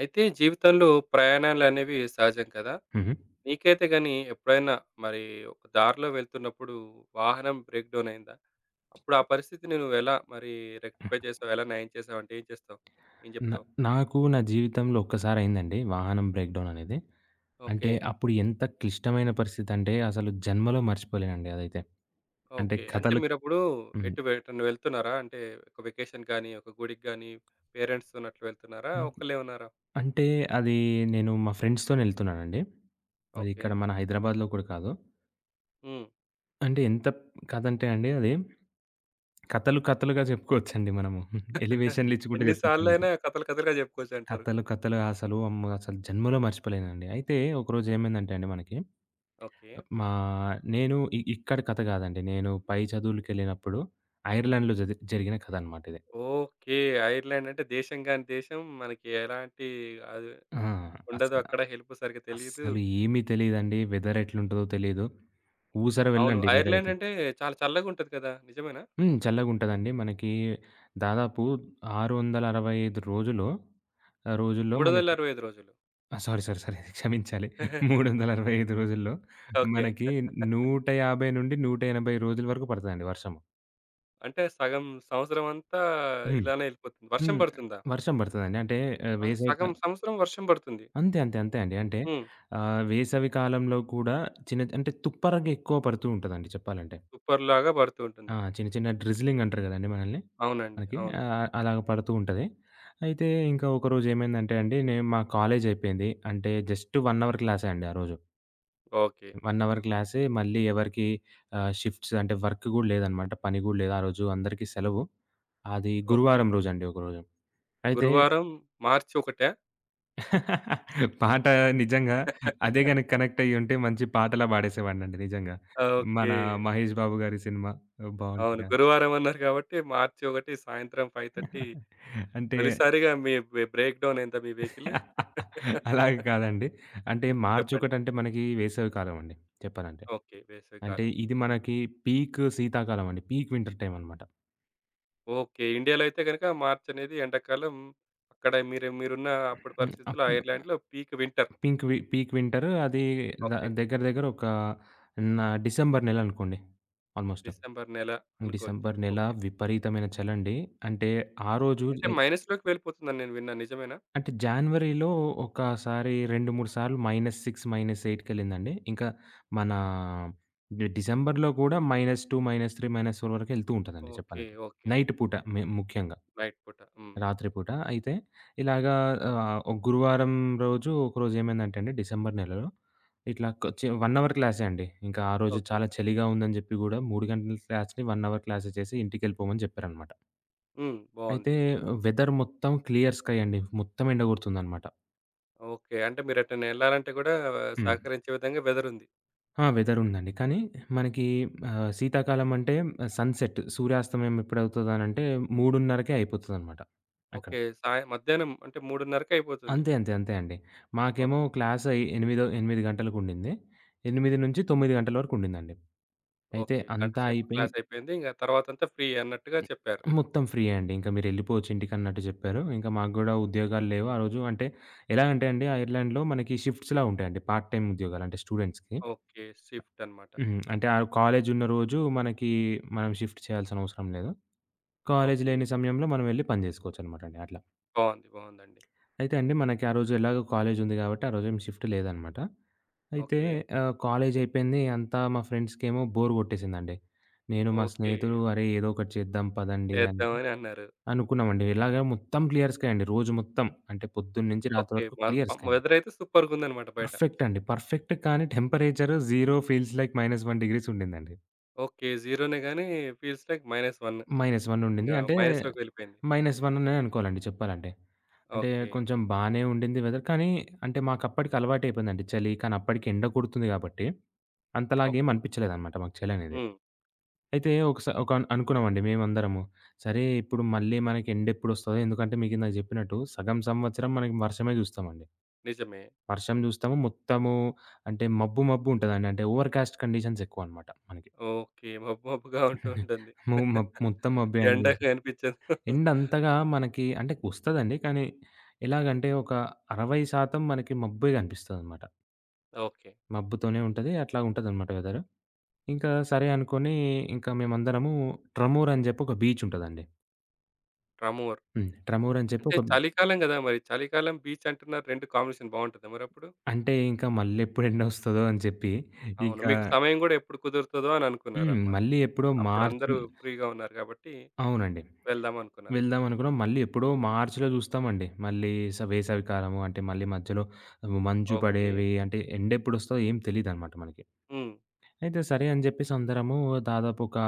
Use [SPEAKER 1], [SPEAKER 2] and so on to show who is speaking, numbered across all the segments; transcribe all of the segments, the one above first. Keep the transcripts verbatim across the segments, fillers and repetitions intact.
[SPEAKER 1] అయితే జీవితంలో ప్రయాణాలనేవి సహజం కదా!
[SPEAKER 2] హుహు.
[SPEAKER 1] నీకైతే గాని ఎప్పుడైనా మరి ఒక దారిలో వెళ్తున్నప్పుడు వాహనం బ్రేక్ డౌన్ అయిందా? అప్పుడు ఆ పరిస్థితిని నువ్వెలా మరి
[SPEAKER 2] హ్మ్.
[SPEAKER 1] రెక్టిఫై చేసావు? ఎలా నయం చేసావు? అంటే ఏం చేస్తావు? ఏం
[SPEAKER 2] నా
[SPEAKER 1] చెప్తావు?
[SPEAKER 2] నాకు నా జీవితంలో ఒక్కసారయిందండి వాహనం బ్రేక్‌డౌన్ అనేది. అంటే
[SPEAKER 1] ఓకే.
[SPEAKER 2] అప్పుడు ఎంత క్లిష్టమైన పరిస్థితంటే అసలు జన్మలో మర్చిపోలేనండి అదైతే. అంటే
[SPEAKER 1] ఓకే. అంటే
[SPEAKER 2] కథలు
[SPEAKER 1] మీరప్పుడు
[SPEAKER 2] హ్మ్.
[SPEAKER 1] ఎటు వె ఎటన్నా వెళ్తున్నారా? అంటే ఒక వెకేషన్ గాని, ఒక గుడికి గాని పేరెంట్స్‌తోని అట్లా వెళ్తున్నారా?
[SPEAKER 2] హ్మ్.
[SPEAKER 1] ఒక్కళ్ళే ఉన్నారా?
[SPEAKER 2] అంటే అది నేను మా ఫ్రెండ్స్‌తోనెళ్తున్నానండి. అది
[SPEAKER 1] ఓకే.
[SPEAKER 2] ఇక్కడ మన హైదరాబాద్‌లో కూడా కాదు.
[SPEAKER 1] హ్మ్.
[SPEAKER 2] అంటే ఎంత కథంటే అండి అది కథలు కథలుగా చెప్పుకోవచ్చండి మనము. ఎలివేషన్‌లిచ్చుకుంటే
[SPEAKER 1] ఎన్ని
[SPEAKER 2] చెప్పొచ్చనమాట.
[SPEAKER 1] సార్లయినా కథలు కథలుగా చెప్పుకోవచ్చంటారు.
[SPEAKER 2] కథలు కథలుగా అసలు అమ్మో! అసలు జన్మలో మర్చిపోలేనండి. అయితే ఒకరోజు ఏమైందంటే అండి మనకి
[SPEAKER 1] ఓకే.
[SPEAKER 2] మా నేను ఇ ఇక్కడ కథ కాదండి. నేను పై చదువులకెళ్ళినప్పుడు ఐర్లాండ్‌లో జది జరిగిన కథ అనమాట ఇది.
[SPEAKER 1] ఓకే. ఐర్లాండ్ అంటే దేశం గాని దేశం. మనకి ఎలాంటి అది
[SPEAKER 2] ఆ!
[SPEAKER 1] ఉండదు
[SPEAKER 2] అసల
[SPEAKER 1] అక్కడ. హెల్ప్ సరిగ్గా తెలీదు.
[SPEAKER 2] అస్సలు ఏమీ తెలీదండి. వెదర్ ఎట్లుంటదో తెలీదు. ఊసర
[SPEAKER 1] అవును.
[SPEAKER 2] వెళ్ళండి వెదర్
[SPEAKER 1] ఐర్లాండ్
[SPEAKER 2] అయితే.
[SPEAKER 1] అంటే చాలా చల్లగుంటది కదా! నిజమేనా?
[SPEAKER 2] హ్మ్. చల్లగుంటదండి. మనకి దాదాపు ఆరు వందల అరవై ఐదు రోజులు ఆహ్, రోజుల్లో మనకి
[SPEAKER 1] మూడు వందల అరవై ఐదు రోజులు.
[SPEAKER 2] ఆ! సారీ, సారీ, సారీ క్షమించాలి. మూడు వందల అరవై ఐదు రోజుల్లో
[SPEAKER 1] ఓకే.
[SPEAKER 2] మనకి నూట యాభై నుండి నూట ఎనభై రోజుల వరకు పడతదండి వర్షము.
[SPEAKER 1] అంటే సగం సంవత్సరం అంతా
[SPEAKER 2] హ్మ్.
[SPEAKER 1] ఇలానే ఎళ్ళిపోతుంది. వర్షం
[SPEAKER 2] హ్మ్.
[SPEAKER 1] పడుతుందా?
[SPEAKER 2] వర్షం పడతదండి. అంటే ఆహ్,
[SPEAKER 1] ఆ!
[SPEAKER 2] వేసవి కా
[SPEAKER 1] సగం సంవత్సరం వర్షం పడుతుంది.
[SPEAKER 2] అంతే. అంతే. అంతే అండి. అంటే
[SPEAKER 1] హ్మ్.
[SPEAKER 2] ఆహ్, వేసవి కాలంలో కూడా చిన్న అంటే తుప్పరగా ఎక్కువ పడుతూ ఉంటదండి చెప్పాలంటే.
[SPEAKER 1] తుప్పరులాగా పడుతూ
[SPEAKER 2] ఆ!
[SPEAKER 1] ఉంటుంది.
[SPEAKER 2] చిన్న చిన్న డ్రిజ్లింగ్ అంటారు గదండీ మనల్ని.
[SPEAKER 1] అవునండి.
[SPEAKER 2] మనకి
[SPEAKER 1] అవును.
[SPEAKER 2] ఆహ్, అలాగ పడుతూ ఉంటది. అయితే ఇంకా ఒకరోజు ఏమైందంటే అండి, నేను మా కాలేజ్ అయిపోయింది. అంటే జస్ట్ ఒక అవర్ క్లాసే అండి ఆ రోజు.
[SPEAKER 1] ఓకే.
[SPEAKER 2] ఒక అవర్ క్లాసే మళ్ళీ ఎవరికీ ఆహ్, షిఫ్ట్స్ అంటే వర్క్ గూడా లేదనమాట. పని గూడా లేదు. ఆ రోజు అందరికీ సెలవు. అది
[SPEAKER 1] ఓకే.
[SPEAKER 2] గురువారం రోజండి ఒకరోజు. అయితే
[SPEAKER 1] గురువారం మార్చి ఒకటి.
[SPEAKER 2] పాట నిజంగా అదే గనక కనెక్ట్ అయ్యుంటే మంచి పాటలా పాడేసేవాడినండి నిజంగా. మన
[SPEAKER 1] ఓకే.
[SPEAKER 2] 'మహేష్ బాబు' గారి సినిమా
[SPEAKER 1] అవును.
[SPEAKER 2] బావుంటదిగా.
[SPEAKER 1] గురువారం అన్నారు కాబట్టి మార్చి ఒకటి సాయంత్రం ఐదు ముప్పై
[SPEAKER 2] అంటే
[SPEAKER 1] తొలిసారిగా మీ బ్రే బ్రేక్ డౌన్ అయిందా మీ వెహికల్?
[SPEAKER 2] అలాగ కాదండి. అంటే
[SPEAKER 1] చెప్పండి.
[SPEAKER 2] మార్చొకటంటే మనకి వేసవి కాలం అండి చెప్పాలంటే.
[SPEAKER 1] ఓకే.
[SPEAKER 2] అంటే
[SPEAKER 1] వేసవికాలం.
[SPEAKER 2] ఇది మనకి పీక్ శీతాకాలం అండి. పీక్ వింటర్ టైమ్ అనమాట.
[SPEAKER 1] ఓకే. ఇండియాలో అయితే గనుక మార్చ్ అనేది ఎండాకాలం. అక్కడ మీరు మీరున్న అప్పటి
[SPEAKER 2] హ్మ్.
[SPEAKER 1] పరిస్థితుల్లో
[SPEAKER 2] అప్పుడు
[SPEAKER 1] ఐర్లాండ్‌లో పీక్ వింటర్.
[SPEAKER 2] పింక్ వి పీక్ వింటర్ అది ద
[SPEAKER 1] ఓకే.
[SPEAKER 2] దగ్గర దగ్గర ఒక నా డిసెంబర్ నెలనుకోండి ఆల్‌మోస్ట్.
[SPEAKER 1] డిసెంబర్ నెల అనుకోవచ్చు.
[SPEAKER 2] డిసెంబర్ నెల
[SPEAKER 1] ఓకే.
[SPEAKER 2] విపరీతమైన చలండి. అంటే ఆ రోజు
[SPEAKER 1] అంటే
[SPEAKER 2] ఎ
[SPEAKER 1] మైనస్‌లోకి వెళ్ళిపోతుందని నేను విన్నాను. నిజమేనా?
[SPEAKER 2] అంటే జాన్వరిలో ఒకసారి రెండు, మూడు సార్లు మైనస్ ఆరు, మైనస్ ఎనిమిది కెళ్ళిందండి. ఇంకా మన డి డిసెంబర్‌లో కూడా మైనస్ రెండు, మైనస్ మూడు, మైనస్ నాలుగు వరకు ఎళ్తూ ఉంటదండి
[SPEAKER 1] ఓకే.
[SPEAKER 2] చెప్పాలంటే.
[SPEAKER 1] ఓకే.
[SPEAKER 2] నైట్ పూట మే ముఖ్యంగా
[SPEAKER 1] నైట్ పూట. హ్మ్.
[SPEAKER 2] రాత్రి పూట. అయితే ఇలాగా ఆహ్, ఒక గురువారం రోజు ఒకరోజు ఏమైందంటే అండి డిసెంబర్ నెలలో ఇట్లా కొచ్చి ఒక అవర్ క్లాసే అండి. ఇంకా ఆ రోజు
[SPEAKER 1] ఓకే.
[SPEAKER 2] చాలా చలిగా ఉందని జెప్పి గూడా మూడు గంటల క్లాస్‌ని ఒక అవర్ క్లాసే చేసి ఇంటికెళ్ళిపోమని జెప్పారనమాట.
[SPEAKER 1] హ్మ్.
[SPEAKER 2] అయితే
[SPEAKER 1] బావుంది.
[SPEAKER 2] వెదర్ మొత్తం క్లియర్ స్కై అండి. మొత్తం ఎండ గొడుతుందనమాట.
[SPEAKER 1] ఓకే. అంటే మీరెటైనా ఎళ్ళాలంటే గూడా
[SPEAKER 2] హ్మ్.
[SPEAKER 1] సహకరించే విధంగా వెదరుంది.
[SPEAKER 2] ఆ! వెదర్ ఉందండి. కానీ మనకి ఆహ్, శీతాకాలం అంటే సన్‌సెట్ సూర్యాస్తమయం ఎప్పుడవుతదనంటే 3:30కే అయిపోతదనమాట అక్కడ.
[SPEAKER 1] ఓకే. సాయం మధ్యాహ్నం అంటే 3:30కి అయిపోతుంది.
[SPEAKER 2] అంతే, అంతే, అంతే అండి. మాకేమో
[SPEAKER 1] ఓకే.
[SPEAKER 2] క్లాస్ అయి ఎనిమిదో ఎనిమిది గంటలకుండింది. ఎనిమిది తొమ్మిది గంటల వరకు ఉండిందండి. అయితే
[SPEAKER 1] ఓకే. గంట
[SPEAKER 2] అంతా
[SPEAKER 1] సేపు
[SPEAKER 2] అయిపోయి
[SPEAKER 1] క్లాసయిపోయింది. ఇంగ తర్వాతంతా ఫ్రీ అన్నట్టుగా చెప్పారు.
[SPEAKER 2] మొత్తం ఫ్రీయే అండి. ఇంకా మీరెళ్ళిపోవచ్చు ఇంటికన్నట్టు జెప్పారు. ఇంకా మాకు గూడా ఉద్యోగాలు లేవు ఆ రోజు. అంటే ఎలా అంటే అండి ఐర్లాండ్‌లో మనకి షిఫ్ట్స్‌లా ఉంటాయండి. పార్ట్ టైమ్ ఉద్యోగాలు అంటే స్టూడెంట్స్‌కి.
[SPEAKER 1] ఓకే. షిఫ్ట్ అనమాట.
[SPEAKER 2] హ్మ్. అంటే ఆ కాలేజ్ ఉన్న రోజు మనకి మనం షిఫ్ట్ చేయాల్సిన అవసరం లేదు. College
[SPEAKER 1] okay.
[SPEAKER 2] లేని సమయంలో మనం వెళ్లి పని జేసుకోవచ్చనమాట అండి అట్లా.
[SPEAKER 1] బావుంది. బావుందండి.
[SPEAKER 2] అయితే అండి మనకి ఆ రోజు ఎలాగో కాలేజ్ ఉంది గాబట్టి ఆ రోజేం షిఫ్ట్ లేదనమాట. అయితే
[SPEAKER 1] ఓకే.
[SPEAKER 2] ఆహ్, కాలేజ్ అయిపోయింది. అంతా మా ఫ్రెండ్స్‌కేమో బోర్ గొట్టేసిందండి. నేను మా
[SPEAKER 1] ఓకే.
[SPEAKER 2] స్నేహితులు "అరే! ఏదో ఒకటి చేద్దాం పదండి" అని
[SPEAKER 1] చేద్దామని అన్నారు.
[SPEAKER 2] అనుకున్నామండి. ఇలాగ మొత్తం క్లియర్ స్కై అండి. రోజు మొత్తం. అంటే పొద్దున్న నుంచి రాత్రి
[SPEAKER 1] ఓకే.
[SPEAKER 2] వరకు క్లియర్ స్కై
[SPEAKER 1] వ
[SPEAKER 2] అనమాట.
[SPEAKER 1] వెదరైతే సూపర్‌గుందనమాట బయట.
[SPEAKER 2] పర్ఫెక్ట్ అండి. పర్ఫెక్ట్ కానీ టెంపరేచర్ సున్నా ఫీల్స్ లైక్ మైనస్ ఒకటి డిగ్రీస్ ఉండిందండి.
[SPEAKER 1] ఓకే. జీరోనే గానీ ఫీల్స్ లైక్ మైనస్ ఒకటి.
[SPEAKER 2] -ఒకటి
[SPEAKER 1] ఇంగ
[SPEAKER 2] ఉండింది. అంటే
[SPEAKER 1] మైనస్‌లోకి వెళ్ళిపోయింది.
[SPEAKER 2] మైనస్ ఒకటి అనే అనుకోవాలండి చెప్పాలంటే. అంటే
[SPEAKER 1] ఓకే.
[SPEAKER 2] కొంచెం బానే ఉండింది వెదర్. కానీ అంటే మాకప్పటికి అలవాటయిపోయిందండి చలి. కానీ అప్పటికి ఎండ కొడుతుంది గాబట్టి, అంతలాగేం
[SPEAKER 1] ఓకే.
[SPEAKER 2] అనిపిచ్చలేదనమాట మాకు చలనేది.
[SPEAKER 1] హ్మ్.
[SPEAKER 2] అయితే ఒకసా ఒక అను- అనుకున్నామండి మేమందరము. సరే ఇప్పుడు మళ్ళీ మనకి ఎండెప్పుడొస్తదో ఎందుకంటే మీకిందాక జెప్పినట్టు సగం సంవత్సరం మనం వర్షమే జూస్తామండి.
[SPEAKER 1] నిజమే.
[SPEAKER 2] వర్షం జూస్తాము. మొత్తము అంటే మబ్బు, మబ్బు ఉంటదండి. అంటే ఓవర్‌కాస్ట్ కండిషన్స్ ఎక్కువనమాట మనకి.
[SPEAKER 1] ఓకే. మబ్బు మబ్బుగా ఉంటూ ఉంటుంది.
[SPEAKER 2] మో మబ్ మొత్తం మబ్బే
[SPEAKER 1] ఎండ
[SPEAKER 2] అండి.
[SPEAKER 1] కనిపించదు.
[SPEAKER 2] ఎండ అంతగా మనకి అంటే ఒస్తదండి. కానీ ఎలాగంటే ఒక అరవై శాతం మనకి మబ్బే గనిపిస్తదనమాట.
[SPEAKER 1] ఓకే.
[SPEAKER 2] మబ్బుతోనే ఉంటది. అట్లా ఉంటదనమాట వెదరు. ఇంకా సరే అనుకోని ఇంకా మేమందరము 'ట్రమోర్' అని జెప్పి ఒక బీచ్ ఉంటదండి.
[SPEAKER 1] ట్రమోర్
[SPEAKER 2] హ్మ్. 'ట్రమోర్' అని చెప్పి
[SPEAKER 1] అంటే
[SPEAKER 2] ఒక
[SPEAKER 1] చలికాలం గదా! మరి చలికాలం, బీచ్ అంటున్నారు. రెండు కాంబినేషన్ బావుంటదా మరప్పుడు?
[SPEAKER 2] అంటే ఇంకా మళ్ళెప్పుడు ఎండొస్తదో అని చెప్పి
[SPEAKER 1] అవును.
[SPEAKER 2] ఇంకా
[SPEAKER 1] మీకు సమయం గూడా ఎప్పుడు కుదురుతదో అని
[SPEAKER 2] హ్మ్.
[SPEAKER 1] అనుకున్నారనమాట.
[SPEAKER 2] మళ్ళీ ఎప్పుడో
[SPEAKER 1] అప్పుడు
[SPEAKER 2] మార్చ్
[SPEAKER 1] అందరూ ఫ్రీగా ఉన్నారు గాబట్టి
[SPEAKER 2] అవునండి.
[SPEAKER 1] వెళ్దాం అనుకున్నారు.
[SPEAKER 2] వెళ్దాం అనుకున్నాం. మళ్ళీ ఎప్పుడో మార్చ్‌లో చూస్తామండి. మళ్ళీ స వేసవికాలము అంటే మళ్ళీ మధ్యలో మంచు
[SPEAKER 1] ఓకే.
[SPEAKER 2] పడేవి అంటే ఎండెప్పుడొస్తదో ఏం తెలీదనమాట మనకి.
[SPEAKER 1] హ్మ్.
[SPEAKER 2] అయితే సరే అని జెప్పేసి అందరము దాదాపు ఒక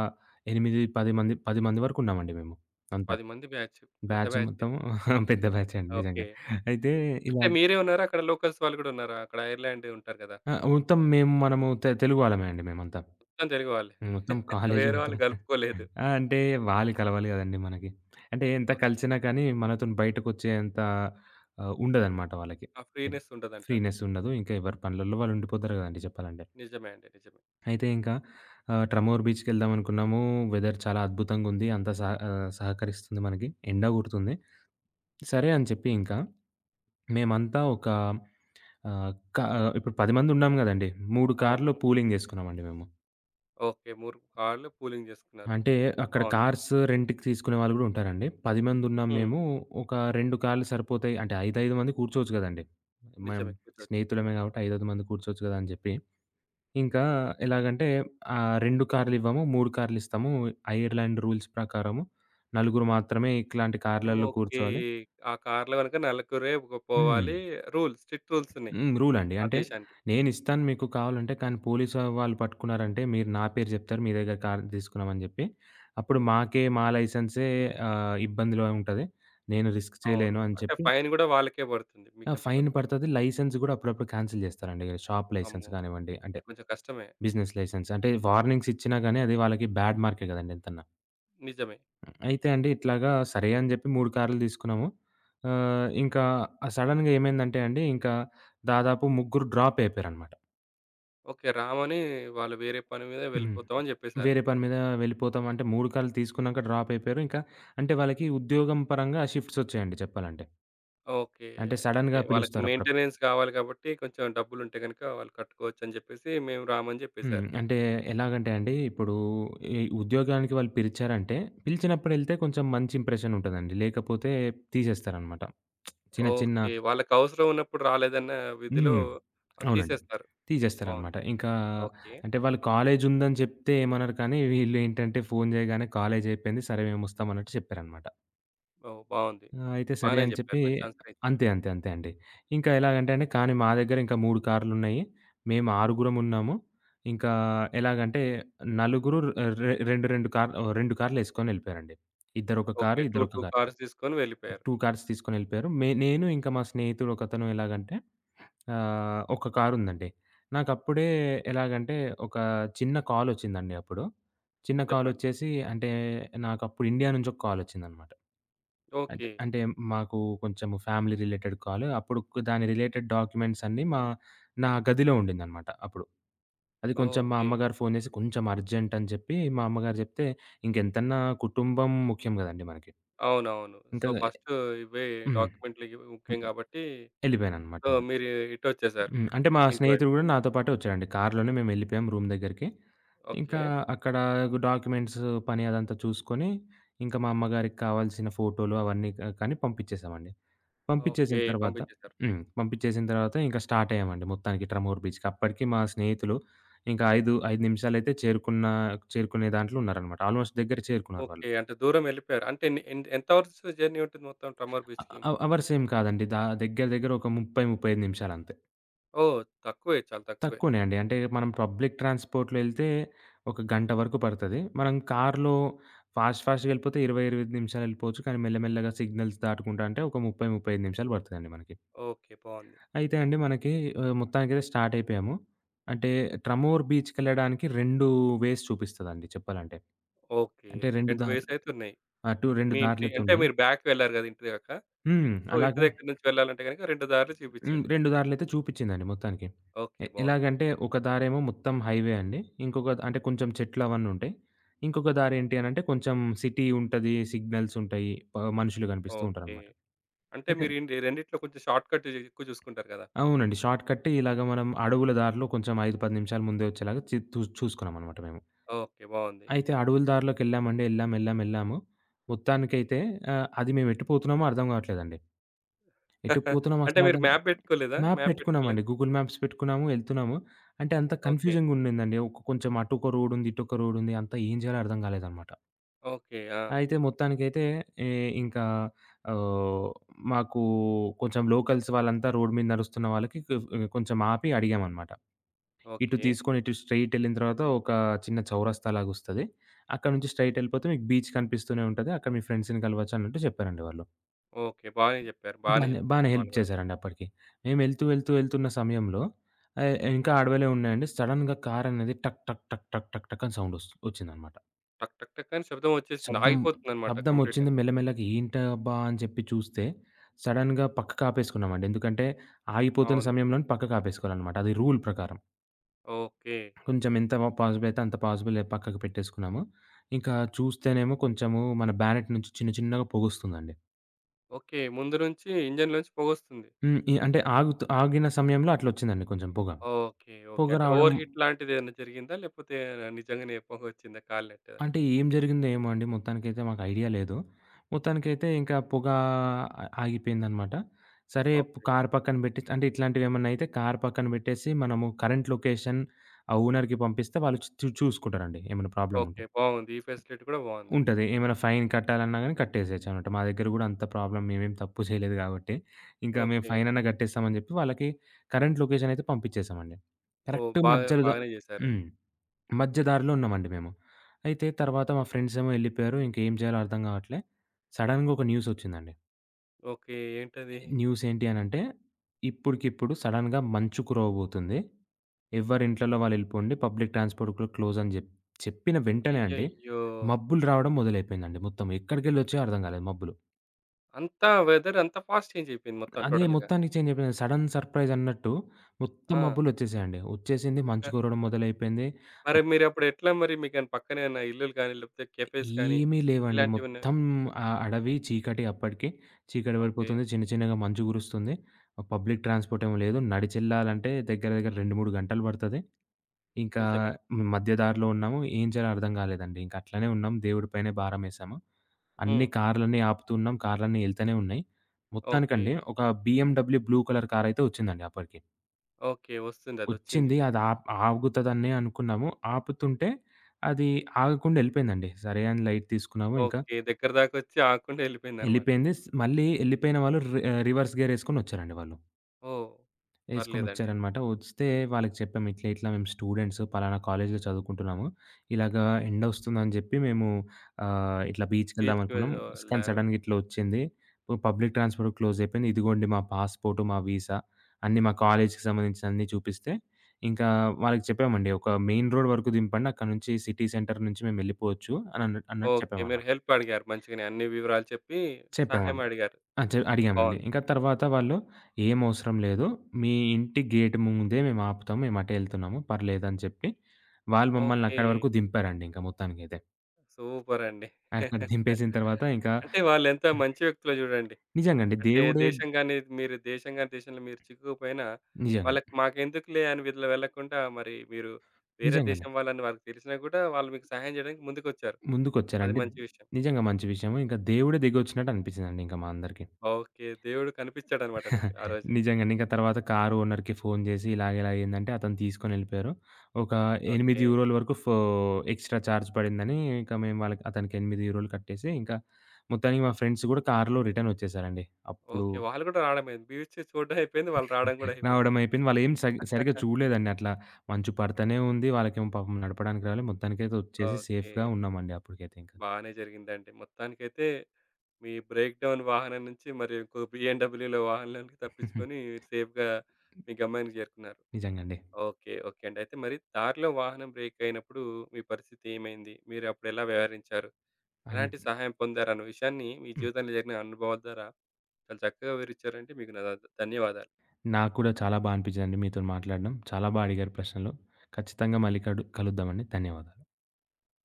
[SPEAKER 2] ఎనిమిది, పది మంది పది మంది వరకు ఉన్నామండి మేము. అంతా
[SPEAKER 1] పది మంది బ్యాచ్. పెద్ద
[SPEAKER 2] బ్యాచ్
[SPEAKER 1] బ్యాచే.
[SPEAKER 2] మొత్తం పెద్ద బ్యాచే అండి
[SPEAKER 1] ఓకే.
[SPEAKER 2] నిజంగా. అయితే ఇలా
[SPEAKER 1] అంటే మీరే ఉన్నారా? అక్కడ లోకల్స్ వాళ్ళు గూడా ఉన్నారా? అక్కడ ఐర్లాండ్ ఉంటారు గదా!
[SPEAKER 2] ఆ! మొత్తం మేము మనము తె తెలుగు వాళ్ళమే అండి మేమంతా.
[SPEAKER 1] మొత్తం తెలుగు వాళ్ళే.
[SPEAKER 2] మొత్తం కాలేజ్
[SPEAKER 1] వేరే
[SPEAKER 2] మొత్తం
[SPEAKER 1] వాళ్ళని గలుపుకోలేదు.
[SPEAKER 2] ఆ! అంటే వాళ్ళు కలవాలి గదండీ మనకి. అంటే ఎంత
[SPEAKER 1] ఓకే.
[SPEAKER 2] కలిసినా కానీ మనతోని బయటకొచ్చేంత ఆహ్, ఉండదనమాట వాళ్ళకి.
[SPEAKER 1] ఆ
[SPEAKER 2] ఇది
[SPEAKER 1] ఫ్రీనెస్ ఉండదంటారు.
[SPEAKER 2] ఫ్రీనెస్ ఉండదు. ఇంకా ఎవరి పనులలో వాళ్ళు ఉండిపోతారు గదండీ చెప్పాలంటే.
[SPEAKER 1] నిజమే అండి. నిజమే.
[SPEAKER 2] అయితే ఇంకా ఆహ్, 'ట్రమోర్ బీచ్‌కెళ్దాం' అనుకున్నాము. వెదర్ చాలా అద్భుతంగుంది. అంతా సహ ఆహ్, సహకరిస్తుంది మనకి. ఎండ గొడుతుంది. సరే అని చెప్పి ఇంకా మేమంతా ఒక ఆహ్, క ఇప్పుడు పది మందున్నాం గదండీ. మూడు
[SPEAKER 1] అవును.
[SPEAKER 2] కార్లు పూలింగ్ జేసుకున్నామండి మేము.
[SPEAKER 1] ఓకే. మూడు కార్‌లు పూలింగ్ జేసుకున్నారు.
[SPEAKER 2] అంటే అక్కడ
[SPEAKER 1] బావుంది.
[SPEAKER 2] కార్స్ రెంట్‌కి తీసుకునే వాళ్ళు గూడా ఉంటారండి. పది మందున్నాం
[SPEAKER 1] హ్మ్.
[SPEAKER 2] మేము. ఒక రెండు కార్లు సరిపోతాయి. అంటే ఐదు, ఐదు మంది కూర్చోవచ్చు గదండీ! మనం
[SPEAKER 1] నిజమే. కూర్చోవచ్చు.
[SPEAKER 2] స్నేహితులమే గాబట్టి ఐదు, ఐదు మంది కూర్చోవచ్చు గదా! అని జెప్పి, ఇంకా ఎలాగంటే ఆహ్, రెండు కార్లు ఇవ్వము, మూడు కార్లు ఇస్తాము. ఐర్లాండ్ రూల్స్ ప్రకారము నలుగురు మాత్రమే ఇట్లాంటి కార్‌లలో
[SPEAKER 1] ఓకే.
[SPEAKER 2] కూర్చోవాలి.
[SPEAKER 1] ఆ కార్‌లో గనుక నలుగురే పో
[SPEAKER 2] హ్మ్.
[SPEAKER 1] పోవాలి. రూల్స్ స్ట్రిక్ట్ రూల్సున్నాయి.
[SPEAKER 2] హ్మ్. రూలండి.
[SPEAKER 1] ఆ
[SPEAKER 2] అంటే
[SPEAKER 1] దేశానికి.
[SPEAKER 2] నేనిస్తాను మీకు కావాలంటే, కానీ పోలీసు వాళ్ళు పట్టుకున్నారంటే, మీరు నా పేరు జెప్తారు. మీ దగ్గర కారు తీసుకున్నామని జెప్పి. అప్పుడు మాకే మా లైసెన్సే ఆహ్, ఇబ్బందిలో ఉంటది. నేను రిస్క్
[SPEAKER 1] అవును.
[SPEAKER 2] చేయలేను అని
[SPEAKER 1] అంటే
[SPEAKER 2] చెప్పి
[SPEAKER 1] ఫైన్ గూడా వాళ్ళకే పడుతుంది.
[SPEAKER 2] ఆ!
[SPEAKER 1] మీకంటే
[SPEAKER 2] ఫైన్
[SPEAKER 1] గూడా.
[SPEAKER 2] పడతది. లైసెన్స్ గూడా అప్పుడప్పుడు క్యాన్సెల్ జేస్తారండి. షాప్ లైసెన్స్
[SPEAKER 1] అమ్మో!
[SPEAKER 2] కానివ్వండి,
[SPEAKER 1] అంటే
[SPEAKER 2] అంటే
[SPEAKER 1] కొంచెం కష్టమే.
[SPEAKER 2] Business licence. అంటే వార్నింగ్స్ ఇచ్చినా గానీ అది వాళ్ళకి బ్యాడ్ మార్కే గదండీ ఎంతన్నా.
[SPEAKER 1] నిజమే.
[SPEAKER 2] అయితే అండి ఇట్లాగా సరే అని జెప్పి మూడు కార్లు తీసుకున్నాము. ఆహ్, ఇంకా సడెన్‌గా ఏమైందంటే అండి, ఇంకా దాదాపు ముగ్గురు డ్రాప్ అయిపోయారనమాట.
[SPEAKER 1] ఓకే. రామని వాళ్ళు వేరే పని మీద
[SPEAKER 2] హ్మ్.
[SPEAKER 1] వెళ్ళిపోతాం అని జెప్పేసారు.
[SPEAKER 2] వేరే పని మీద వెళ్ళిపోతాం అంటే మూడు కాళ్ళు తీసుకున్నాక డ్రాప్ అయిపోయారు. ఇంకా అంటే వాళ్ళకి ఉద్యోగం పరంగా షిఫ్ట్స్ వచ్చాయండి చెప్పాలంటే.
[SPEAKER 1] ఓకే.
[SPEAKER 2] అంటే
[SPEAKER 1] ఓకే.
[SPEAKER 2] సడెన్‌గా
[SPEAKER 1] వాళ్ళకి
[SPEAKER 2] పిలుస్తారు అప్పుడప్పుడు.
[SPEAKER 1] మెయింటెనెన్స్ గావాలి గాబట్టి కొంచెం డబ్బులుంటే గనుక వాళ్ళు కట్టుకోవచ్చని జెప్పేసి మేము రామని
[SPEAKER 2] హ్మ్.
[SPEAKER 1] జెప్పేసారు.
[SPEAKER 2] అంటే ఎలాగంటే అండి ఇప్పుడు ఈ ఉద్యోగానికి వాళ్ళు పిలిచారంటే పిలిచినప్పుడు ఎళ్తే కొంచెం మంచి ఇంప్రెషన్ ఉంటదండి. లేకపోతే తీసేస్తారనమాట. చిన్న చిన్న
[SPEAKER 1] ఓకే. వాళ్ళకవసరం ఉన్నప్పుడు రాలేదన్న విధిలో
[SPEAKER 2] హ్మ్.
[SPEAKER 1] వాళ్ళు
[SPEAKER 2] అవునండి.
[SPEAKER 1] తీసేస్తారు.
[SPEAKER 2] తీసేస్తారనమాట.
[SPEAKER 1] బావుంది.
[SPEAKER 2] ఇంకా
[SPEAKER 1] ఓకే.
[SPEAKER 2] అంటే వాళ్ళు కాలేజ్ ఉందని చెప్తే ఏమనరు కానీ వీళ్ళు ఏంటంటే ఫోను చేయగానే కాలేజ్ అయిపోయింది. సరే మేమొస్తాం అన్నట్టు చెప్పారనమాట.
[SPEAKER 1] ఓహ్! బావుంది.
[SPEAKER 2] ఆ! అయితే సరే
[SPEAKER 1] బానే
[SPEAKER 2] అని చెప్పి
[SPEAKER 1] జెప్పారు. మంచి ఆన్సరే ఇచ్చారు.
[SPEAKER 2] అంతే. అంతే. అంతే అండి. ఇంకా ఎలాగంటే అండి, కానీ మా దగ్గర ఇంకా మూడు కార్లున్నాయి. మేము ఆరుగురం ఉన్నాము. ఇంకా ఎలాగంటే నలుగురు రె రెండు, రెండు కార్ ఆహ్, రెండు కార్లేసుకొని ఎళ్ళిపోయారండి. ఇద్దరొక కారు,
[SPEAKER 1] ఓకే. రెండు,
[SPEAKER 2] ఇద్దరొక
[SPEAKER 1] రెండు
[SPEAKER 2] కారు.
[SPEAKER 1] కార్స్ తీసుకొని వెళ్ళిపోయారు.
[SPEAKER 2] రెండు కార్స్ తీసుకొనెళ్ళిపోయారు. మే నేను ఇంకా మా స్నేహితుడు ఒకతను ఎలాగంటే ఆహ్, ఒక కారుందండి. నాకప్పుడే ఎలాగంటే ఒక చిన్న కాలొచ్చిందండి అప్పుడు. చిన్న
[SPEAKER 1] చెప్పండి.
[SPEAKER 2] కాలొచ్చేసి అంటే నాకప్పుడు ఇండియా నుంచొక కాలొచ్చిందనమాట. అంటే
[SPEAKER 1] ఓకే.
[SPEAKER 2] అంటే మాకు కొంచెం ఫ్యామిలీ రిలేటెడ్ కాల్. అప్పుడు కు- దాని రిలేటెడ్ డాక్యుమెంట్స్ అన్నీ మా నా గదిలో ఉండిందనమాట అప్పుడు. అది కొంచెం మా
[SPEAKER 1] ఓకే.
[SPEAKER 2] అమ్మగారు ఫోన్ చేసి కొంచెం అర్జెంట్ అని చెప్పి మా అమ్మగారు చెప్తే ఇంకెంతన్నా కుటుంబం ముఖ్యం కదండీ మనకి.
[SPEAKER 1] అవునవును. సో,
[SPEAKER 2] ఇంకా
[SPEAKER 1] ఫస్టు ఇవే
[SPEAKER 2] హ్మ్.
[SPEAKER 1] డాక్యుమెంట్లు ఇవి ముఖ్యం గాబట్టి,
[SPEAKER 2] ఎళ్ళిపోయాననమాట
[SPEAKER 1] సో,
[SPEAKER 2] నేను.
[SPEAKER 1] మీరు ఇటొచ్చేసారు.
[SPEAKER 2] హ్మ్. అంటే మా
[SPEAKER 1] ఇంటి వైపు.
[SPEAKER 2] స్నేహితుడు కూడా నాతో పాటే వచ్చాడండి. కార్‌లోనే మేమెళ్ళిపోయాం రూమ్ దగ్గరికి. ఇంకా
[SPEAKER 1] ఓకే.
[SPEAKER 2] అక్కడ డాక్యుమెంట్స్ పని అదంతా చూసుకొని, ఇంకా మా అమ్మగారికి కావాల్సిన ఫోటోలు అవన్నీ క కానీ పంపించేసామండి. పంపించేసిన
[SPEAKER 1] ఓకే.
[SPEAKER 2] తర్వాత
[SPEAKER 1] పంపించేసారు.
[SPEAKER 2] హ్మ్. పంపించేసిన తర్వాత ఇంకా స్టార్ట్ అయ్యామండి మొత్తానికి ట్రమోర్ బీచ్‌కి. అప్పటికి మా స్నేహితులు ఇంకా ఐదు ఐదు నిమిషాలైతే చేరుకున్న చేరుకునే దాంట్లో ఉన్నారనమాట. ఆల్‌మోస్ట్ దగ్గర చేరుకున్నారు వాళ్ళు.
[SPEAKER 1] ఓకే. అంటే దూరం ఎళ్ళిపోయారు. అంటే ఎన్ని ఎన్ ఎంత అవర్స్ జర్నీ ఉంటుంది మొత్తం 'టమర్'
[SPEAKER 2] అ
[SPEAKER 1] బీచ్‌కి?
[SPEAKER 2] అవ అవర్స్ ఏం కాదండి. దా దగ్గర దగ్గర ఒక ముప్పై, ముప్పై ఐదు నిమిషాలంతే.
[SPEAKER 1] ఓహ్! తక్కువే. చాలా తక్కువే.
[SPEAKER 2] తక్కువనే అండి. అంటే మనం పబ్లిక్ ట్రాన్స్‌పోర్ట్‌లో ఎళ్తే ఒక గంట వరకు పడతది. మనం కార్‌లో ఫాస్ట్ ఫాస్ట్‌గా ఎళ్ళిపోతే ఇరవై, ఇరవై ఐదు నిమిషాలు ఎళ్ళిపోవచ్చు. కానీ మెల్లమెల్లగా సిగ్నల్స్ దాటుకుంటా అంటే ఒక ముప్పై, ముప్పై ఐదు నిమిషాలు పడతదండి మనకి.
[SPEAKER 1] ఓకే. బావుంది.
[SPEAKER 2] అయితే అండి మనకి ఆహ్, మొత్తానికైతే స్టార్ట్ అయిపోయాము. అంటే ట్రమోర్ బీచ్‌కెళ్ళడానికి రెండు వేస్ చూపిస్తదండి చెప్పాలంటే.
[SPEAKER 1] ఓకే.
[SPEAKER 2] అంటే 2
[SPEAKER 1] రెండు వేస్
[SPEAKER 2] దారులు
[SPEAKER 1] అయితే ఉన్నాయి.
[SPEAKER 2] అటు రెండు
[SPEAKER 1] మీ ఇంటి
[SPEAKER 2] దారులైతే
[SPEAKER 1] అంటే
[SPEAKER 2] ఉన్నాయి.
[SPEAKER 1] మీరు బ్యాక్‌కి వెళ్లారు గదా! ఇంటి దాకా.
[SPEAKER 2] హ్మ్.
[SPEAKER 1] సో, ఇంటి
[SPEAKER 2] అలాగా
[SPEAKER 1] దగ్గర నుంచి వెళ్ళాలంటే గనక రెండు దారులు
[SPEAKER 2] హ్మ్.
[SPEAKER 1] చూపిచ్చింది.
[SPEAKER 2] రెండు దారులైతే చూపిచ్చిందండి మొత్తానికి.
[SPEAKER 1] ఓకే.
[SPEAKER 2] ఎ
[SPEAKER 1] బావుంది.
[SPEAKER 2] ఎలాగంటే ఒక దారేమో మొత్తం హైవే అండి. ఇంకొక ద- అంటే కొంచెం చెట్లవన్నీ ఉంటాయి. ఇంకొక దారేంటి అనంటే కొంచెం సిటీ ఉంటది. సిగ్నల్స్ ఉంటాయి. ప మనుషులు కనిపిస్తూ
[SPEAKER 1] ఓకే.
[SPEAKER 2] ఉంటారనమాట.
[SPEAKER 1] అంటే
[SPEAKER 2] అయితే
[SPEAKER 1] మీరు ఈ రెండిట్లో కొంచెం షార్ట్ కట్ ఎక్కువ చూసుకుంటారు గదా!
[SPEAKER 2] అవునండి. షార్ట్‌కట్టే ఇలాగ మనం అడవుల దారిలో కొంచెం ఐదు, పది నిమిషాలు ముందే వచ్చేలాగా చి తు చూసుకున్నామనమాట మేము.
[SPEAKER 1] ఓకే. బావుంది.
[SPEAKER 2] అయితే అడవుల దారిలోకెళ్ళామండి. ఎళ్ళాం, ఎళ్ళాం, ఎళ్ళాము. మొత్తానికైతే ఆహ్, అది మేము ఎటు పోతున్నామో అర్థం కావట్లేదండి. ఎటు పోతున్నామో
[SPEAKER 1] అంటే
[SPEAKER 2] అసలు
[SPEAKER 1] మీరు
[SPEAKER 2] అర్థం
[SPEAKER 1] మ్యాప్ పెట్టుకోలేదా?
[SPEAKER 2] మ్యాప్
[SPEAKER 1] మ్యాప్
[SPEAKER 2] పెట్టుకున్నామండి.
[SPEAKER 1] పెట్టుకోలేదు.
[SPEAKER 2] గూగుల్ మ్యాప్స్ పెట్టుకున్నాము, ఎళ్తున్నాము. అంటే అంత
[SPEAKER 1] ఓకే.
[SPEAKER 2] కన్‌ఫ్యూజింగ్‌గా ఉండిందండి. ఒక కొంచెం అటు ఒక రోడ్ ఉంది, ఇటు ఒక రోడ్ ఉంది. అంతా ఏం చేయాలో అర్థం కాలేదనమాట.
[SPEAKER 1] ఓకే. ఆ!
[SPEAKER 2] అయితే మొత్తానికైతే ఎ ఇంకా ఆహ్, మాకు కొంచెం లోకల్స్ వాళ్ళంతా రోడ్ మీద నడుస్తున్న వాళ్ళకి కొ కొంచెం ఆపి అడిగామనమాట. ఇటు
[SPEAKER 1] ఓకే.
[SPEAKER 2] తీసుకొని ఇటు స్ట్రెయిట్ ఎళ్ళిన తర్వాత ఒక చిన్న చౌరస్తాలాగొస్తది. అక్కడి నుంచి స్ట్రెయిట్ ఎళ్ళిపోతే మీకు బీచ్ కనిపిస్తూనే ఉంటది. అక్కడ మీ ఫ్రెండ్స్‌ని కలవచ్చు అన్నట్టు చెప్పారండి వాళ్ళు.
[SPEAKER 1] ఓకే. బానే జెప్పారు. బానే
[SPEAKER 2] బానే
[SPEAKER 1] హెల్ప్
[SPEAKER 2] బానే
[SPEAKER 1] చేశారు
[SPEAKER 2] హెల్ప్
[SPEAKER 1] వాళ్ళు గూడా.
[SPEAKER 2] చేశారండి అప్పటికి. మేము వెళ్తూ, వెళ్తూ, వెళ్తున్న సమయంలో ఆహ్, ఇంకా అడవిలో ఉన్నాయండి. సడెన్‌గా కారనేది టక్, టక్, టక్, టక్, టక్, టక్ అని సౌండ్ వస్తు వచ్చిందనమాట.
[SPEAKER 1] టక్ టక్ టక్ అని శబ్దం వచ్చేసింది.
[SPEAKER 2] శబ్దం
[SPEAKER 1] ఆగిపోతుందన్నమాట
[SPEAKER 2] శబ్దం
[SPEAKER 1] కంప్లీట్‌గా.
[SPEAKER 2] వచ్చింది మెల్లమెల్లగా ఏంటబ్బా! అని చెప్పి చూస్తే సడెన్‌గా పక్కకు ఆపేసుకున్నామండి. ఎందుకంటే ఆగిపోతున్న
[SPEAKER 1] అవును.
[SPEAKER 2] సమయంలోనే పక్కకు ఆపేసుకోవాలనమాట. అది రూల్ ప్రకారం.
[SPEAKER 1] ఓకే.
[SPEAKER 2] కొంచెం ఎంత వ పాజిబుల్ అయితే అంత పాజిబులే పక్కకు పెట్టేసుకున్నాము. ఇంకా చూస్తేనేమో కొంచెము మన బ్యానెట్ నుంచి చిన్న చిన్నగా పొగొస్తుందండి.
[SPEAKER 1] ఓకే. ముందు నుంచి ఇంజిన్ నుంచి పొగొస్తుంది.
[SPEAKER 2] హ్మ్. ఈ అంటే ఆగుతు ఆగిన సమయంలో అట్లొచ్చిందండి కొంచెం పొగ.
[SPEAKER 1] ఓకే. ఓకే.
[SPEAKER 2] పొగ
[SPEAKER 1] అంటే
[SPEAKER 2] రావడం
[SPEAKER 1] ఓవర్ హీట్ లాంటిదేదైనా జరిగిందా? లేకపోతే నిజంగానే పొగొచ్చిందా కాలినట్టేదన్నా?
[SPEAKER 2] అంటే ఏం జరిగిందో ఏమో అండి మొత్తానికైతే మాకు ఐడియా లేదు. మొత్తానికైతే ఇంకా పొగ ఆ ఆగిపోయిందనమాట. సరే ప్
[SPEAKER 1] ఓకే.
[SPEAKER 2] కారు పక్కన పెట్టి అంటే ఇట్లాంటివేమన్నా అయితే కారు పక్కన పెట్టేసి మనము కరెంట్ లొకేషన్ ఆ ఓనర్‌కి పంపిస్తే వాళ్ళు చు చూ చూసుకుంటారండి ఏమైనా ప్రాబ్లముంటే.
[SPEAKER 1] ఓకే. బావుంది. ఈ ఫెసిలిటీ కూడా బావుంది.
[SPEAKER 2] ఉంటది. ఏమైనా ఫైన్ కట్టాలన్నా గాని కట్టేసేయొచ్చనమాట. మా దగ్గర గూడా అంత ప్రాబ్లమ్ మేమేం తప్పు చేయలేదు గాబట్టి, ఇంకా మేము
[SPEAKER 1] ఓకే.
[SPEAKER 2] ఫైనన్నా కట్టేస్తామని జెప్పి వాళ్ళకి కరెంట్ లొకేషన్ అయితే పంపించేసామండి.
[SPEAKER 1] ఓహ్!
[SPEAKER 2] కరెక్ట్
[SPEAKER 1] బాగా
[SPEAKER 2] మధ్యలో ద
[SPEAKER 1] బాగానే జేశారు.
[SPEAKER 2] హ్మ్. మధ్య దారిలో ఉన్నామండి మేము. అయితే తర్వాత మా ఫ్రెండ్సేమో ఎళ్ళిపోయారు. ఇంకేం జేయాలో అర్థం గావట్లే. సడెన్‌గా ఒక న్యూసొచ్చిందండి.
[SPEAKER 1] ఓకే. ఏంటది?
[SPEAKER 2] న్యూస్ ఏంటి అనంటే, ఇప్పుడికిప్పుడు సడెన్‌గా మంచు కురవబోతుంది. ఎవ్వరి ఇంట్లలో వాళ్ళు ఎళ్ళిపోండి. పబ్లిక్ ట్రాన్స్‌పోర్ట్ కూడా క్లోజ్ అని జెప్ చెప్పిన వెంటనే అండి,
[SPEAKER 1] అయ్యయ్యో!
[SPEAKER 2] మబ్బులు రావడం మొదలైపోయిందండి మొత్తం. ఎక్కడికెళ్ళొచ్చాయో అర్థం కాలేదు మబ్బులు.
[SPEAKER 1] అంతా వెదర్ అంతా ఫాస్ట్ చేంజ్ అయిపోయింది మొత్తం
[SPEAKER 2] అదే
[SPEAKER 1] టోటల్‌గా.
[SPEAKER 2] మొత్తానికి చేంజ్ అయిపోయింది. సడెన్ సర్ప్రైజ్ అన్నట్టు మొత్తం
[SPEAKER 1] ఆ!
[SPEAKER 2] మబ్బులొచ్చేసాయండి. వచ్చేసింది, మంచు
[SPEAKER 1] ఆ!
[SPEAKER 2] కురవడం మొదలైపోయింది.
[SPEAKER 1] మరి మీరప్పుడు ఎట్లా మరి మీకేమైనా పక్కనే ఏమైనా ఇల్లులు గాని, లేకపోతే కేఫేస్ గాని
[SPEAKER 2] ఏమీ లేవండి.
[SPEAKER 1] ఇలాంటివి ఉన్నవి?
[SPEAKER 2] మొత్తం ఆ అడవి చీకటి అప్పటికి. చీకటి
[SPEAKER 1] ఓకే.
[SPEAKER 2] పడిపోతుంది. చిన్న చిన్నగా మంచు కురుస్తుంది. పబ్లిక్ ట్రాన్స్‌పోర్ట్ ఏమో లేదు. నడిచెళ్ళాలంటే దగ్గర దగ్గర రెండు, మూడు గంటలు పడతది. ఇంకా
[SPEAKER 1] నిజమే.
[SPEAKER 2] మధ్య దారిలో ఉన్నాము. ఏం చేయాలో అర్థం కాలేదండి. ఇంక అట్లనే ఉన్నాం. దేవుడి పైనే భారమేసాము. అన్ని
[SPEAKER 1] హ్మ్.
[SPEAKER 2] కార్‌లన్నీ ఆపుతున్నాం. కార్‌లన్నీ ఎళ్తూనే ఉన్నాయి.
[SPEAKER 1] ఓకే.
[SPEAKER 2] మొత్తానికండి ఒక బీఎండబ్ల్యూ బ్లూ కలర్ కారైతే వచ్చిందండి అప్పటికి.
[SPEAKER 1] ఓకే. వస్తుంది అదొచ్చింది.
[SPEAKER 2] వచ్చింది. అది ఆప్ ఆగుతదనే అనుకున్నాము. ఆపుతుంటే అది ఆగకుండా ఎళ్ళిపోయిందండి. సరే అని లైట్ తీసుకున్నాము. ఇంకా
[SPEAKER 1] ఓకే. దగ్గర దాకొచ్చి ఆగకుండా ఎళ్ళిపోయిందన్నమాట.
[SPEAKER 2] ఎళ్ళిపోయింది. స్ మళ్ళీ ఎళ్ళిపోయిన వాళ్ళు రి ఆహ్, రివర్స్ గేర్ ఎసుకొని వచ్చారండి వాళ్ళు.
[SPEAKER 1] ఓహ్! పర్లేదండి.
[SPEAKER 2] ఏసుకొనొచ్చారనమాట. ఒస్తే వాళ్ళకి చెప్పాము. ఇట్లా, ఇట్లా మేము స్టూడెంట్స్ పలానా కాలేజ్‌లో చదువుకుంటున్నాము. ఇలాగా ఎండొస్తుందని జెప్పి మేము ఆహ్, ఇట్లా బీచ్‌కెళ్దాం
[SPEAKER 1] బీచ్‌కి వె
[SPEAKER 2] అనుకున్నాం. కానీ
[SPEAKER 1] వెళ్లారు.
[SPEAKER 2] సడెన్‌గా ఇట్లా ఒచ్చింది. పబ్లిక్ ట్రాన్స్‌పోర్ట్ క్లోజ్ అయిపోయింది. ఇదిగోండి మా పాస్‌పోర్ట్, మా వీసా అన్నీ మా కాలేజ్‌కి సంబంధించిన అన్నీ చూపిస్తే, ఇంకా వాళ్ళకి చెప్పామండి. ఒక మెయిన్ రోడ్ వరకు దింపండి. అక్కడి నుంచి సిటీ సెంటర్ నుంచి మేము వెళ్ళిపోవచ్చు అని అన్నట్టు అన్నట్టు
[SPEAKER 1] ఓకే. మీరు
[SPEAKER 2] చెప్పామనమాట.
[SPEAKER 1] హెల్ప్ అడిగారు మంచిగానే అన్ని వివరాలు చెప్పి సహాయం
[SPEAKER 2] చెప్పామండి.
[SPEAKER 1] అడిగారు.
[SPEAKER 2] ఆ! చె అడిగామండి.
[SPEAKER 1] బావుంది.
[SPEAKER 2] ఇంకా తర్వాత వాళ్ళు "ఏం అవసరం లేదు. మీ ఇంటి గేట్ ముందే మేము ఆపుతాము. మేము అటే ఎళ్తున్నాము. పర్లేదని" చెప్పి వాళ్ళు మమ్మల్ని
[SPEAKER 1] ఓకే.
[SPEAKER 2] అక్కడి వరకు దింపారండి ఇంక మొత్తానికైతే.
[SPEAKER 1] సూపర్ అండి.
[SPEAKER 2] అక్కడ దింపేసిన తర్వాత ఇంకా
[SPEAKER 1] అంటే వాళ్ళెంత మంచి వ్యక్తులో చూడండి.
[SPEAKER 2] నిజంగండి
[SPEAKER 1] అంటే
[SPEAKER 2] దేవుడే
[SPEAKER 1] దేశం గాని మీరు దేశం గాని దేశంలో మీరు చిక్కుకుపోయినా,
[SPEAKER 2] నిజంగా.
[SPEAKER 1] వాళ్ళకి మాకెందుకులే అని వీళ్ళు వెళ్ళకుండా మరి మీరు వేరే
[SPEAKER 2] నిజంగండి.
[SPEAKER 1] దేశం వాళ్ళని వాళ్ళకి తెలిసినా గూడా వాళ్ళు మీకు సహాయం జేయడానికి ముందుకొచ్చారు. అది
[SPEAKER 2] ముందుకొచ్చారండి.
[SPEAKER 1] మంచి విషయం.
[SPEAKER 2] నిజంగా మంచి విషయము. ఇంకా దేవుడే దిగొచ్చినట్టు అనిపించిందండి ఇంక మా అందరికి.
[SPEAKER 1] ఓకే. దేవుడు కనిపిచ్చాడన్నమాట మీకు ఆ రోజు.
[SPEAKER 2] నిజంగానే. ఇంక తర్వాత కారు ఓనర్‌కి ఫోను జేసి ఇలాగ, ఇలా అయిందంటే అతను తీసుకొనెళ్ళిపోయారు. ఒక
[SPEAKER 1] ఓకే.
[SPEAKER 2] €8 వరకు ఫో ఎక్స్‌ట్రా చార్జ్ పడిందని ఇంక మేము వాళ్ళకి అతనికి ఎనిమిది యూరోలు కట్టేసి ఇంకా మొత్తానికి మా ఫ్రెండ్స్ గూడా కారులో రిటర్న్ ఒచ్చేసారండి. అప్పుడు
[SPEAKER 1] ఓకే. వాళ్ళు గూడా రావడమయింది. బీచ్ చూడడం అయిపోయింది. వాళ్ళు రావడం గూడా అయిపోయింది.
[SPEAKER 2] రావడం అయిపోయింది. వాళ్ళేం సగ్ సరిగ్గా చూడలేదండి అట్లా మంచు పడతనే ఉంది. వాళ్ళకేమో పాపం నడపడానికి రాలే. మొత్తానికైతే ఒచ్చేసి
[SPEAKER 1] ఓకే.
[SPEAKER 2] సేఫ్‌గా ఉన్నామండి అప్పటికైతే ఇంకా.
[SPEAKER 1] బానే జరిగిందండి. మొత్తానికైతే మీ బ్రేక్ డౌన్ వాహనం నుంచి మరి ఇంకో బీఎండబ్ల్యూలో వాహనంలోకి తప్పించుకొని సేఫ్‌గా మీ గమ్యానికి చేరుకున్నారు.
[SPEAKER 2] నిజంగా అండి.
[SPEAKER 1] ఓకే. ఓకే అండి. అయితే మరి దారిలో వాహనం బ్రేక్ అయినప్పుడు మీ పరిస్థితి ఏమైంది? మీరు అప్పుడు ఎలా వ్యవహరించారు?
[SPEAKER 2] అన్
[SPEAKER 1] ఎలాంటి సహాయం పొందారన్న విషయాన్ని మీ
[SPEAKER 2] హ్మ్.
[SPEAKER 1] జీవితంలో జరిగిన అనుభవం ద్వారా చాలా చక్కగా వివరించారండి. మీకు నా ధన్యవాదాలు.
[SPEAKER 2] నాకు కూడా చాలా బా అనిపించిందండి మీతోని మాట్లాడడం. చాలా బా అడిగారు ప్రశ్నలు. ఖచ్చితంగా మళ్ళీ కడు కలుద్దామండి. ధన్యవాదాలు.